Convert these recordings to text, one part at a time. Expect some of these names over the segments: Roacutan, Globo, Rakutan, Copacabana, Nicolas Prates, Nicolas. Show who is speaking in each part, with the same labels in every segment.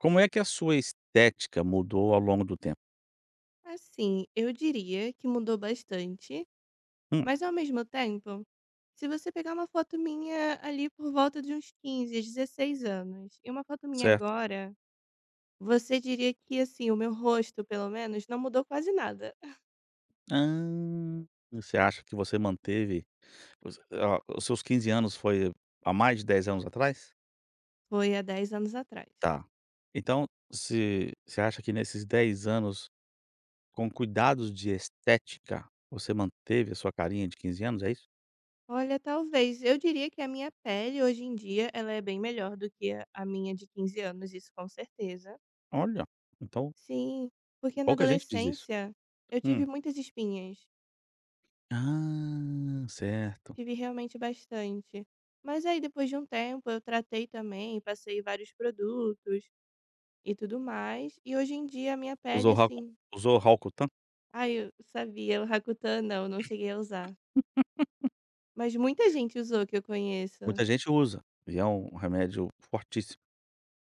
Speaker 1: Como é que a sua estética mudou ao longo do tempo?
Speaker 2: Assim, eu diria que mudou bastante,
Speaker 1: Hum,
Speaker 2: mas ao mesmo tempo, se você pegar uma foto minha ali por volta de uns 15 16 anos, e uma foto minha
Speaker 1: certo.
Speaker 2: agora, você diria que assim, o meu rosto, pelo menos, não mudou quase nada.
Speaker 1: Ah, você acha que você manteve os seus 15 anos foi há mais de 10 anos atrás?
Speaker 2: Foi há 10 anos atrás.
Speaker 1: Tá. Então, se você acha que nesses 10 anos, com cuidados de estética, você manteve a sua carinha de 15 anos, é isso?
Speaker 2: Olha, talvez, eu diria que a minha pele hoje em dia, ela é bem melhor do que a minha de 15 anos, isso com certeza.
Speaker 1: Olha, então
Speaker 2: Sim, porque na
Speaker 1: pouca gente diz isso.
Speaker 2: adolescência eu
Speaker 1: Hum.
Speaker 2: tive muitas espinhas.
Speaker 1: Ah, certo.
Speaker 2: Tive realmente bastante. Mas aí depois de um tempo eu tratei também, passei vários produtos e tudo mais, e hoje em dia a minha pele
Speaker 1: Usou Racu
Speaker 2: assim,
Speaker 1: usou Rakutan?
Speaker 2: ai eu sabia, o Rakutan não, não cheguei a usar. Mas muita gente usou que eu conheço.
Speaker 1: Muita gente usa, e é um remédio fortíssimo.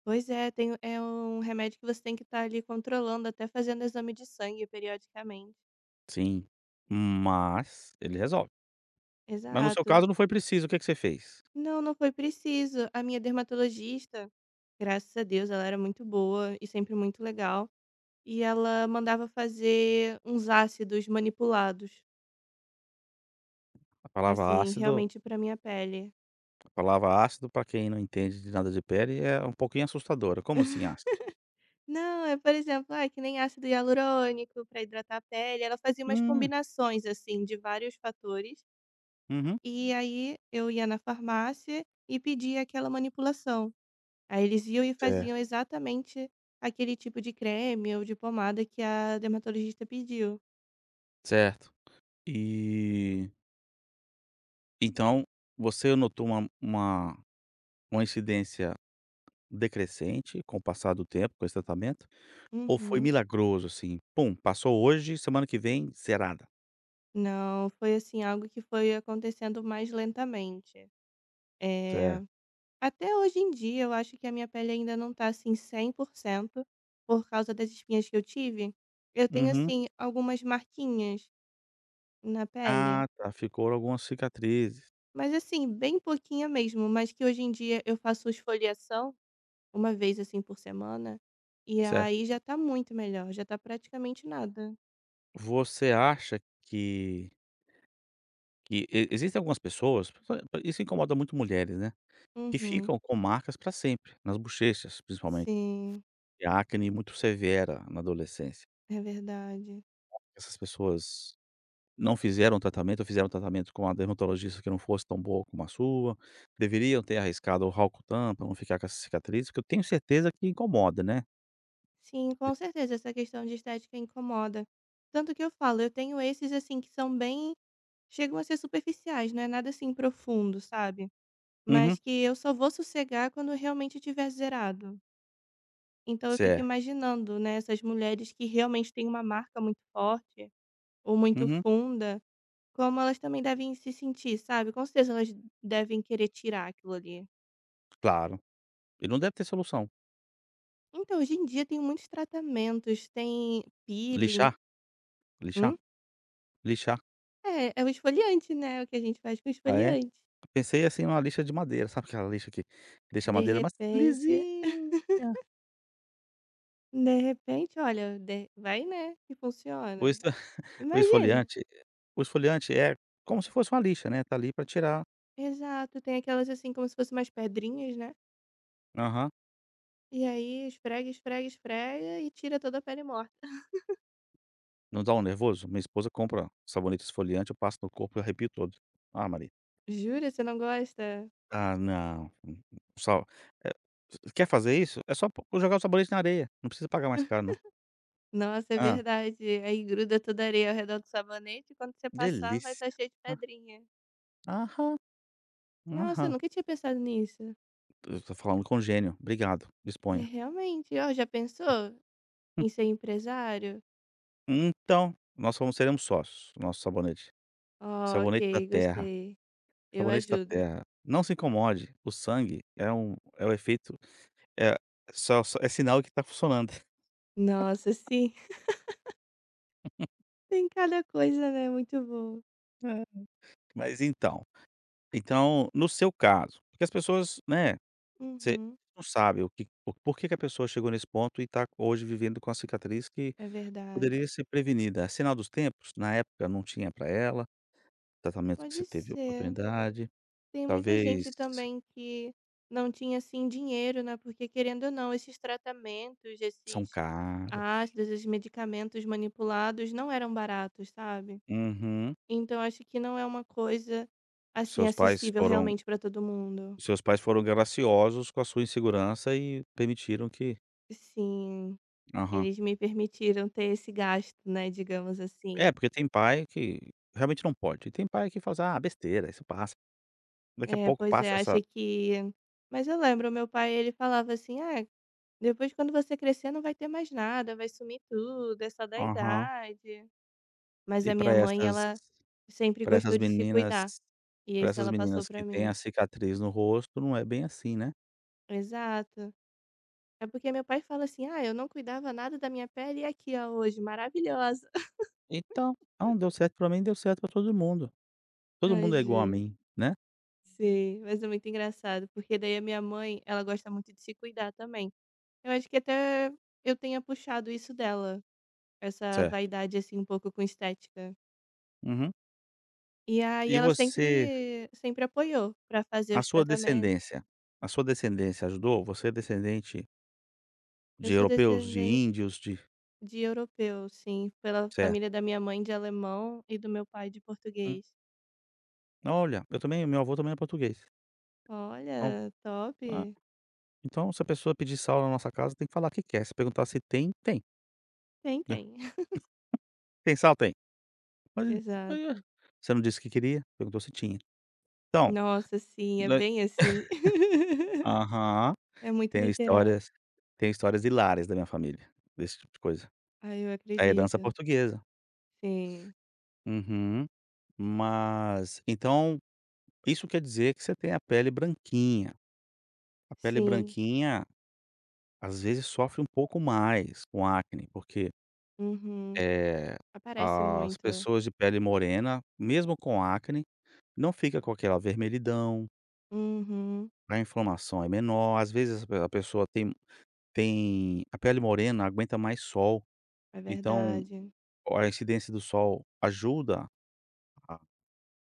Speaker 2: Pois é, tem, é um remédio que você tem que estar ali controlando, até fazendo exame de sangue periodicamente.
Speaker 1: Sim, mas ele resolve. Mas no seu
Speaker 2: Exato.
Speaker 1: caso não foi preciso, o que que você fez?
Speaker 2: Não, não foi preciso. A minha dermatologista, graças a Deus, ela era muito boa e sempre muito legal. E ela mandava fazer uns ácidos manipulados,
Speaker 1: A palavra
Speaker 2: assim,
Speaker 1: ácido
Speaker 2: realmente para minha pele.
Speaker 1: a palavra ácido para quem não entende de nada de pele é um pouquinho assustadora, como assim ácido?
Speaker 2: Não, é por exemplo, ah, que nem ácido hialurônico para hidratar a pele, ela fazia umas
Speaker 1: Hum,
Speaker 2: combinações, assim, de vários fatores,
Speaker 1: uhum.
Speaker 2: e aí eu ia na farmácia e pedia aquela manipulação. Aí eles iam e
Speaker 1: Certo,
Speaker 2: faziam exatamente aquele tipo de creme ou de pomada que a dermatologista pediu.
Speaker 1: certo. E, então, você notou uma incidência decrescente com o passar do tempo, com esse tratamento, ou foi
Speaker 2: Uhum.
Speaker 1: milagroso assim, pum, passou hoje, semana que vem zerada?
Speaker 2: Não, foi assim, algo que foi acontecendo mais lentamente. Eh
Speaker 1: Certo.
Speaker 2: Até hoje em dia, eu acho que a minha pele ainda não tá, assim, 100% por cento por causa das espinhas que eu tive. Eu tenho,
Speaker 1: Uhum.
Speaker 2: assim, algumas marquinhas na pele,
Speaker 1: Ah, tá, ficou algumas cicatrizes,
Speaker 2: mas, assim, bem pouquinha mesmo, mas que hoje em dia eu faço esfoliação uma vez, assim, por semana, e
Speaker 1: certo.
Speaker 2: aí já tá muito melhor, já tá praticamente nada.
Speaker 1: Você acha que existem algumas pessoas, isso incomoda muito mulheres, né, que
Speaker 2: Uhum.
Speaker 1: ficam com marcas para sempre, nas bochechas principalmente,
Speaker 2: Sim,
Speaker 1: e a acne muito severa na adolescência.
Speaker 2: é verdade.
Speaker 1: Essas pessoas não fizeram tratamento ou fizeram tratamento com uma dermatologista que não fosse tão boa como a sua, deveriam ter arriscado o Roacutan pra não ficar com essa cicatriz, porque eu tenho certeza que incomoda, né.
Speaker 2: Sim, com certeza, essa questão de estética incomoda. Tanto que eu falo, eu tenho esses, assim, que são bem. Chegam a ser superficiais, não é nada assim profundo, sabe? Mas
Speaker 1: Uhum.
Speaker 2: que eu só vou sossegar quando eu realmente tiver zerado. Então eu fico
Speaker 1: Certo.
Speaker 2: imaginando, né, essas mulheres que realmente têm uma marca muito forte ou muito
Speaker 1: Uhum.
Speaker 2: funda, como elas também devem se sentir, sabe? Com certeza elas devem querer tirar aquilo ali.
Speaker 1: Claro. E não deve ter solução.
Speaker 2: Então, hoje em dia tem muitos tratamentos, tem peeling.
Speaker 1: Lixar? Lixar?
Speaker 2: Hum?
Speaker 1: Lixar.
Speaker 2: É, é o esfoliante, né? O que a gente faz com
Speaker 1: Ah, é?
Speaker 2: esfoliante.
Speaker 1: Pensei, assim, numa lixa de madeira, sabe aquela lixa que deixa a
Speaker 2: De
Speaker 1: madeira mais
Speaker 2: repente,
Speaker 1: lisinha.
Speaker 2: de repente, olha, vai, né? Que
Speaker 1: O
Speaker 2: funciona.
Speaker 1: ex o
Speaker 2: Imagina.
Speaker 1: esfoliante o esfoliante é como se fosse uma lixa, né, tá ali pra tirar.
Speaker 2: Exato, tem aquelas, assim, como se fosse umas pedrinhas, né,
Speaker 1: Aham.
Speaker 2: e aí esfrega, esfrega, esfrega e tira toda a pele morta.
Speaker 1: Não dá um nervoso? Minha esposa compra sabonete esfoliante, eu passo no corpo e arrepio todo. Ah, Maria.
Speaker 2: Jura, você não gosta?
Speaker 1: Ah, não. Só, eh, quer fazer isso? É só po jogar o sabonete na areia, não precisa pagar mais caro não.
Speaker 2: Nossa, é
Speaker 1: Ah,
Speaker 2: verdade. Aí gruda toda a areia ao redor do sabonete e quando você passar vai estar
Speaker 1: delícia.
Speaker 2: cheio de
Speaker 1: Ah,
Speaker 2: pedrinha.
Speaker 1: aham,
Speaker 2: Nossa, eu
Speaker 1: aham.
Speaker 2: nunca tinha pensado nisso.
Speaker 1: Eu tô falando com gênio. Obrigado,
Speaker 2: É,
Speaker 1: disponha.
Speaker 2: realmente. Ó, já pensou em ser empresário?
Speaker 1: Então, nós fomos seremos sócios, o nosso sabonete.
Speaker 2: Oh,
Speaker 1: Sabonete da
Speaker 2: ok,
Speaker 1: terra,
Speaker 2: gostei. Eu
Speaker 1: sabonete da
Speaker 2: ajudo.
Speaker 1: terra. Não se incomode, o sangue é o efeito, é só é sinal que está funcionando.
Speaker 2: Nossa, sim. Tem cada coisa, né, muito bom.
Speaker 1: Mas então, no seu caso, porque as pessoas, né, você
Speaker 2: Uhum,
Speaker 1: não sabe o que o por que que a pessoa chegou nesse ponto e está hoje vivendo com a cicatriz que
Speaker 2: é verdade.
Speaker 1: poderia ser prevenida. É sinal dos tempos, na época não tinha para ela, tratamento que você
Speaker 2: Pode
Speaker 1: teve
Speaker 2: ser.
Speaker 1: oportunidade,
Speaker 2: Tem muita
Speaker 1: talvez
Speaker 2: gente também que não tinha, assim, dinheiro, né, porque querendo ou não, esses tratamentos,
Speaker 1: são
Speaker 2: esses
Speaker 1: caros.
Speaker 2: ácidos, esses medicamentos manipulados não eram baratos, sabe.
Speaker 1: Uhum.
Speaker 2: Então acho que não é uma coisa, assim,
Speaker 1: Seus pais
Speaker 2: acessível
Speaker 1: foram
Speaker 2: realmente para todo mundo.
Speaker 1: seus pais foram graciosos com a sua insegurança e permitiram que.
Speaker 2: Sim,
Speaker 1: Aham.
Speaker 2: eles me permitiram ter esse gasto, né, digamos
Speaker 1: É,
Speaker 2: assim.
Speaker 1: porque tem pai que realmente não pode, e tem pai que fala assim: "Ah, besteira, isso passa". Daqui a
Speaker 2: É,
Speaker 1: pouco
Speaker 2: pois é,
Speaker 1: passa essa.
Speaker 2: acho que mas eu lembro, meu pai ele falava assim: "Ah, depois quando você crescer não vai ter mais nada, vai sumir tudo, é só da
Speaker 1: Aham.
Speaker 2: idade". Mas
Speaker 1: E
Speaker 2: a
Speaker 1: para
Speaker 2: minha mãe,
Speaker 1: essas
Speaker 2: ela sempre
Speaker 1: para
Speaker 2: gostou
Speaker 1: essas
Speaker 2: de se
Speaker 1: meninas
Speaker 2: cuidar, e
Speaker 1: para
Speaker 2: isso
Speaker 1: essas
Speaker 2: ela passou
Speaker 1: meninas que
Speaker 2: pra
Speaker 1: têm
Speaker 2: mim.
Speaker 1: a cicatriz no rosto, não é bem assim, né.
Speaker 2: Exato. É porque meu pai fala assim: "Ah, eu não cuidava nada da minha pele e aqui, ó, hoje, maravilhosa".
Speaker 1: Então, não deu certo para mim, deu certo para todo mundo. Todo
Speaker 2: Ai,
Speaker 1: mundo é igual a
Speaker 2: juro.
Speaker 1: mim, né.
Speaker 2: Sim, mas é muito engraçado, porque daí a minha mãe, ela gosta muito de se cuidar também. Eu acho que até eu tenha puxado isso dela, essa
Speaker 1: Certo.
Speaker 2: vaidade, assim, um pouco com estética.
Speaker 1: Uhum.
Speaker 2: E aí
Speaker 1: E
Speaker 2: ela sempre
Speaker 1: você
Speaker 2: sempre apoiou pra fazer
Speaker 1: A
Speaker 2: os
Speaker 1: sua
Speaker 2: tratamentos.
Speaker 1: descendência a sua descendência ajudou? Você é descendente
Speaker 2: Eu
Speaker 1: de
Speaker 2: sou
Speaker 1: europeus, de
Speaker 2: descendente.
Speaker 1: índios, de.
Speaker 2: De europeu, sim, pela
Speaker 1: Certo.
Speaker 2: família da minha mãe de alemão e do meu pai de
Speaker 1: Hum.
Speaker 2: português.
Speaker 1: Olha, eu também meu avô também é português. Então,
Speaker 2: Olha, top.
Speaker 1: ah, se a pessoa pedir sal na nossa casa, tem que falar o que quer. Se perguntar se tem, tem.
Speaker 2: Tem,
Speaker 1: Né?
Speaker 2: tem.
Speaker 1: "Tem sal?" "Tem". "Mas eh,
Speaker 2: Exato.
Speaker 1: você não disse que queria?" Perguntou se tinha. Então,
Speaker 2: Nossa, sim, é
Speaker 1: né.
Speaker 2: bem assim.
Speaker 1: Aham.
Speaker 2: É muito
Speaker 1: Tenho
Speaker 2: literal.
Speaker 1: histórias tenho histórias hilárias da minha família, desse tipo de coisa.
Speaker 2: Ah, eu
Speaker 1: A herança
Speaker 2: acredito.
Speaker 1: portuguesa.
Speaker 2: Sim,
Speaker 1: Uhum. Mas então, isso quer dizer que você tem a pele branquinha. A pele
Speaker 2: sim.
Speaker 1: branquinha, às vezes, sofre um pouco mais com acne, porque,
Speaker 2: Uhum.
Speaker 1: eh,
Speaker 2: Aparece
Speaker 1: as
Speaker 2: muito.
Speaker 1: pessoas de pele morena, mesmo com acne, não fica com aquela vermelhidão,
Speaker 2: Uhum.
Speaker 1: né, a inflamação é menor, às vezes a pessoa tem a pele morena aguenta mais sol,
Speaker 2: É
Speaker 1: então
Speaker 2: verdade.
Speaker 1: a incidência do sol ajuda a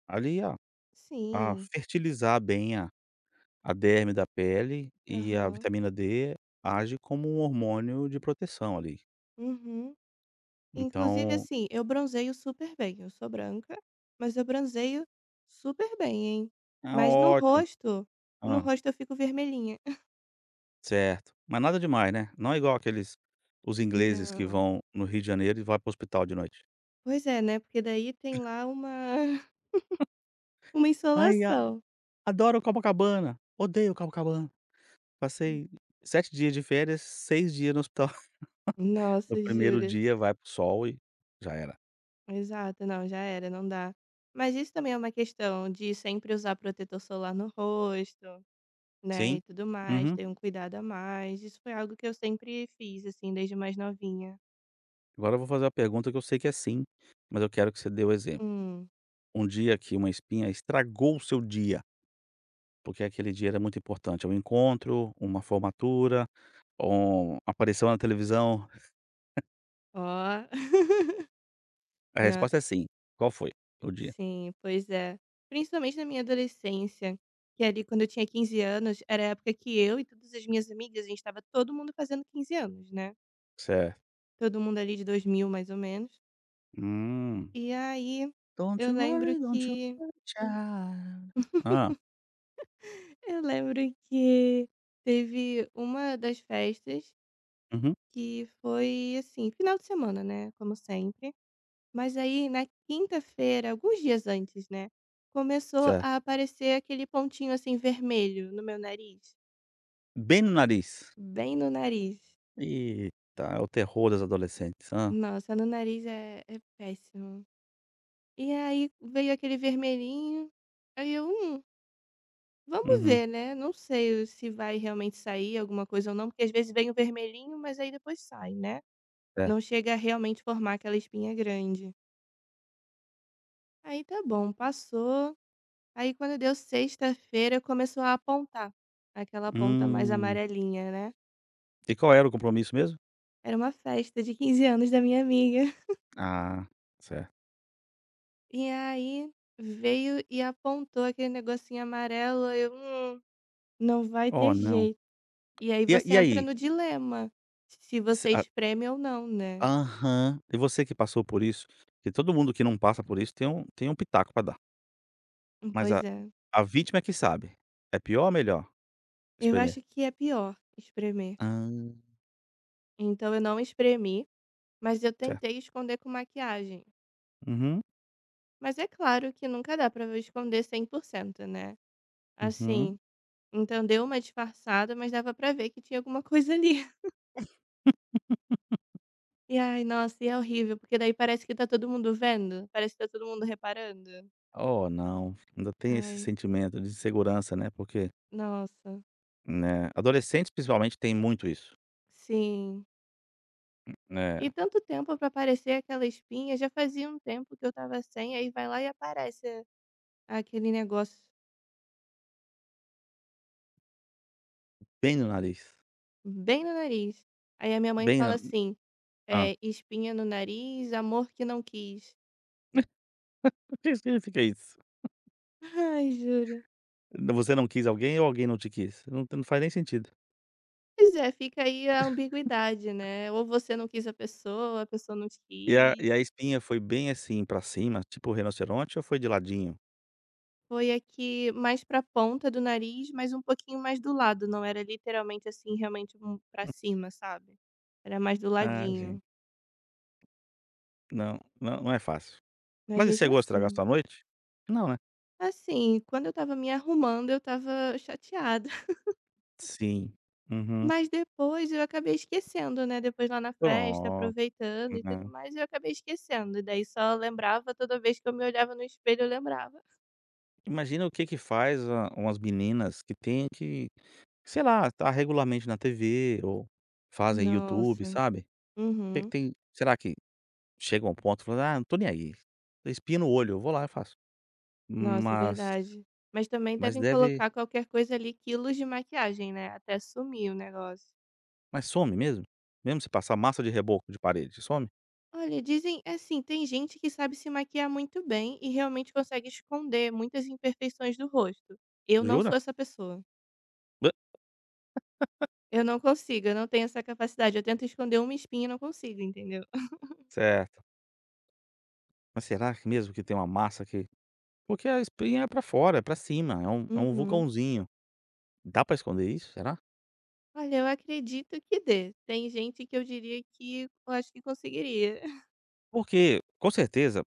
Speaker 1: ali a a
Speaker 2: Sim.
Speaker 1: fertilizar bem a derme da pele e a
Speaker 2: Aham.
Speaker 1: vitamina D age como um hormônio de proteção ali.
Speaker 2: Uhum. Inclusive,
Speaker 1: Então,
Speaker 2: assim, eu bronzeio super bem. Eu sou branca, mas eu bronzeio super bem, hein?
Speaker 1: é
Speaker 2: Mas no
Speaker 1: ótimo.
Speaker 2: rosto, no
Speaker 1: Hã,
Speaker 2: rosto eu fico vermelhinha.
Speaker 1: certo. Mas nada demais, né. Não é igual aqueles os ingleses que
Speaker 2: Não.
Speaker 1: vão no Rio de Janeiro e vai para o hospital de noite.
Speaker 2: Pois é, né? Porque daí tem lá uma, uma
Speaker 1: "Ai, a
Speaker 2: insolação.
Speaker 1: adoro Copacabana, odeio Copacabana". Passei 7 dias de férias, 6 dias no hospital.
Speaker 2: Nossa,
Speaker 1: No primeiro
Speaker 2: jura.
Speaker 1: dia vai pro sol e já era.
Speaker 2: Exato, não, já era, não dá. Mas isso também é uma questão de sempre usar protetor solar no rosto, né?
Speaker 1: Sim?
Speaker 2: E tudo mais,
Speaker 1: Uhum.
Speaker 2: ter um cuidado a mais. Isso foi algo que eu sempre fiz, assim, desde mais novinha.
Speaker 1: Agora eu vou fazer uma pergunta que eu sei que é sim, mas eu quero que você dê o exemplo.
Speaker 2: Hum,
Speaker 1: Um dia que uma espinha estragou o seu dia, porque aquele dia era muito importante, é um encontro, uma formatura, um aparição na televisão?
Speaker 2: ó.
Speaker 1: A
Speaker 2: Na
Speaker 1: resposta é sim. Qual foi o dia?
Speaker 2: Sim, pois é. Principalmente na minha adolescência, que ali quando eu tinha 15 anos, era a época que eu e todas as minhas amigas, a gente estava todo mundo fazendo 15 anos, né.
Speaker 1: Certo.
Speaker 2: Todo mundo ali de 2000 mais ou menos.
Speaker 1: Hum.
Speaker 2: E aí,
Speaker 1: Don't
Speaker 2: eu
Speaker 1: you
Speaker 2: lembro
Speaker 1: worry, don't you.
Speaker 2: que
Speaker 1: Hã.
Speaker 2: eu lembro que teve uma das festas
Speaker 1: Uhum.
Speaker 2: que foi, assim, final de semana, né, como sempre. Mas aí na quinta-feira, alguns dias antes, né, começou
Speaker 1: Certo.
Speaker 2: a aparecer aquele pontinho, assim, vermelho no meu nariz.
Speaker 1: Bem no nariz.
Speaker 2: Bem no nariz.
Speaker 1: Eita, é o terror das adolescentes. Hã.
Speaker 2: Nossa, no nariz é péssimo. E aí veio aquele vermelhinho, aí eu: vamos
Speaker 1: Uhum.
Speaker 2: ver, né, não sei se vai realmente sair alguma coisa ou não", porque às vezes vem o vermelhinho, mas aí depois sai, né,
Speaker 1: Certo.
Speaker 2: não chega a realmente formar aquela espinha grande. Aí tá bom, passou, aí quando deu sexta-feira começou a apontar, aquela ponta mais
Speaker 1: Hum.
Speaker 2: amarelinha, né.
Speaker 1: E qual era o compromisso mesmo?
Speaker 2: Era uma festa de 15 anos da minha amiga.
Speaker 1: Ah, certo.
Speaker 2: E aí veio e apontou aquele negocinho amarelo, aí eu: não vai ter
Speaker 1: Oh, não.
Speaker 2: jeito". E aí
Speaker 1: E a-
Speaker 2: você
Speaker 1: e
Speaker 2: entra
Speaker 1: aí?
Speaker 2: no dilema, se você espreme ou não, né.
Speaker 1: Aham. E você que passou por isso, que todo mundo que não passa por isso tem um pitaco pra dar, mas a
Speaker 2: Pois é.
Speaker 1: a vítima é que sabe. É pior ou melhor
Speaker 2: Eu
Speaker 1: espremer?
Speaker 2: acho que é pior espremer.
Speaker 1: Ah,
Speaker 2: Então eu não espremi, mas eu
Speaker 1: certo.
Speaker 2: tentei esconder com maquiagem.
Speaker 1: Uhum,
Speaker 2: Mas é claro que nunca dá pra eu esconder 100%, né.
Speaker 1: uhum.
Speaker 2: Assim, então deu uma disfarçada, mas dava pra ver que tinha alguma coisa ali. E ai, nossa, e é horrível, porque daí parece que tá todo mundo vendo, parece que tá todo mundo reparando.
Speaker 1: Oh, não, ainda tem esse
Speaker 2: Ai,
Speaker 1: sentimento de insegurança, né, porque,
Speaker 2: nossa,
Speaker 1: né, adolescentes principalmente tem muito isso,
Speaker 2: sim.
Speaker 1: né,
Speaker 2: E tanto tempo pra aparecer aquela espinha, já fazia um tempo que eu tava sem, aí vai lá e aparece aquele negócio
Speaker 1: bem no nariz,
Speaker 2: bem no nariz. Aí a minha mãe
Speaker 1: bem
Speaker 2: fala
Speaker 1: na
Speaker 2: assim:
Speaker 1: hã.
Speaker 2: é, espinha no nariz, amor que não quis.
Speaker 1: O que significa isso?
Speaker 2: Ai, juro.
Speaker 1: Você não quis alguém ou alguém não te quis? Não, não faz nem sentido.
Speaker 2: Pois é, fica aí a ambiguidade, né? Ou você não quis a pessoa não te
Speaker 1: E
Speaker 2: quis.
Speaker 1: a espinha foi bem assim pra cima, tipo rinoceronte ou foi de ladinho?
Speaker 2: Foi aqui mais pra ponta do nariz, mas um pouquinho mais do lado, não era literalmente, assim, realmente um pra cima, sabe. Era mais do
Speaker 1: Ah,
Speaker 2: ladinho,
Speaker 1: gente, não, não é fácil.
Speaker 2: mas
Speaker 1: Mas e
Speaker 2: mesmo
Speaker 1: chegou a estragar
Speaker 2: assim
Speaker 1: sua noite? Não, né?
Speaker 2: assim, quando eu estava me arrumando, eu estava chateada,
Speaker 1: Sim. Uhum.
Speaker 2: mas depois eu acabei esquecendo, né, depois lá na festa,
Speaker 1: Pronto,
Speaker 2: aproveitando e tudo
Speaker 1: né.
Speaker 2: mais, eu acabei esquecendo, e daí só lembrava toda vez que eu me olhava no espelho, eu lembrava.
Speaker 1: Imagina o que que faz a umas meninas que tem que, sei lá, tá regularmente na TV ou fazem YouTube,
Speaker 2: Nossa.
Speaker 1: sabe. O Que que
Speaker 2: Uhum.
Speaker 1: tem Será que chega a um ponto falando: "Ah, não tô nem aí, espinha no olho, eu vou lá e faço".
Speaker 2: Nossa, é
Speaker 1: Mas
Speaker 2: verdade. Mas também
Speaker 1: mas
Speaker 2: devem
Speaker 1: deve
Speaker 2: colocar qualquer coisa ali, quilos de maquiagem, né, até sumir o negócio.
Speaker 1: mas some mesmo? Mesmo se passar massa de reboco de parede, some?
Speaker 2: Olha, dizem é assim, tem gente que sabe se maquiar muito bem e realmente consegue esconder muitas imperfeições do rosto. Eu não
Speaker 1: Jura?
Speaker 2: sou essa pessoa.
Speaker 1: Bã.
Speaker 2: Eu não consigo, eu não tenho essa capacidade. Eu tento esconder uma espinha e não consigo, entendeu?
Speaker 1: Certo. Mas será que mesmo que tem uma massa que. Porque a espinha é pra fora, é pra cima, é um
Speaker 2: Uhum.
Speaker 1: vulcãozinho. Dá pra esconder isso, será?
Speaker 2: Olha, eu acredito que dê. Tem gente que eu diria que eu acho que conseguiria.
Speaker 1: Porque, com certeza,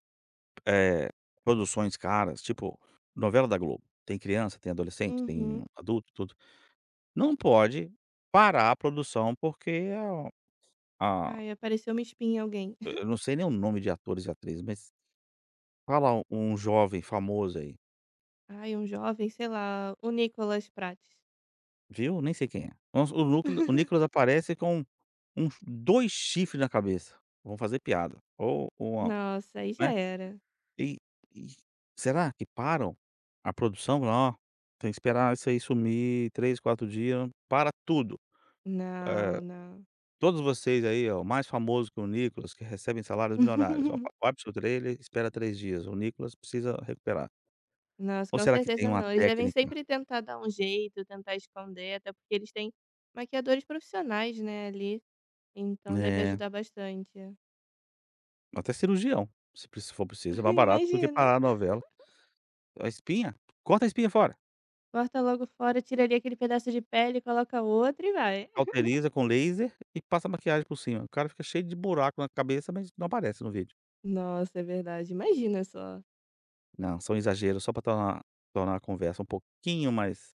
Speaker 1: eh, produções caras, tipo novela da Globo, tem criança, tem adolescente, tem
Speaker 2: Uhum.
Speaker 1: adulto, tudo, não pode parar a produção. porque a a
Speaker 2: Ai, apareceu uma espinha em alguém.
Speaker 1: eu não sei nem o nome de atores e atrizes, mas fala um jovem famoso aí,
Speaker 2: Ai, um jovem, sei lá, o Nicolas Prates.
Speaker 1: viu, nem sei quem é. Vamos o núcleo o Nicolas aparece com um 2 chifres na cabeça, vão fazer piada, ou uma,
Speaker 2: Nossa, aí já
Speaker 1: né?
Speaker 2: era.
Speaker 1: E e será que param a produção? Ó, tem que esperar isso aí sumir 3, 4 dias, para tudo. Eh,
Speaker 2: Não, não.
Speaker 1: todos vocês aí, ó, o mais famoso que o Nicolas, que recebem salários milionários, ó, vai para o seu trailer, espera 3 dias, o Nicolas precisa recuperar.
Speaker 2: Nossa,
Speaker 1: Ou
Speaker 2: com
Speaker 1: será que tem
Speaker 2: certeza
Speaker 1: uma
Speaker 2: não. Eles devem
Speaker 1: técnica,
Speaker 2: sempre tentar dar um jeito, tentar esconder, até porque eles têm maquiadores profissionais, né, ali. Então deve
Speaker 1: é,
Speaker 2: ajudar bastante.
Speaker 1: até cirurgião, se for preciso, é mais barato do que
Speaker 2: Imagina.
Speaker 1: parar a novela. A espinha, corta a espinha fora,
Speaker 2: Corta logo fora, tira ali aquele pedaço de pele, coloca outro e vai.
Speaker 1: cauteriza com laser e passa maquiagem por cima. O cara fica cheio de buraco na cabeça, mas não aparece no vídeo.
Speaker 2: Nossa, é verdade. Imagina só.
Speaker 1: Não, são exageros só pra tornar a conversa um pouquinho mais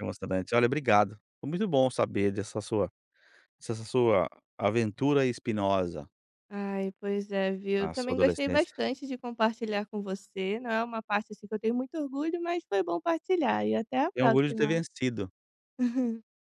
Speaker 1: emocionante. Olha, obrigado. Foi muito bom saber dessa sua aventura espinhosa
Speaker 2: Ai, pois é, viu? Eu
Speaker 1: na sua
Speaker 2: também gostei
Speaker 1: adolescência.
Speaker 2: bastante de compartilhar com você. Não é uma parte assim que eu tenho muito orgulho, mas foi bom partilhar. E até a
Speaker 1: Tenho orgulho de ter
Speaker 2: próxima.
Speaker 1: vencido.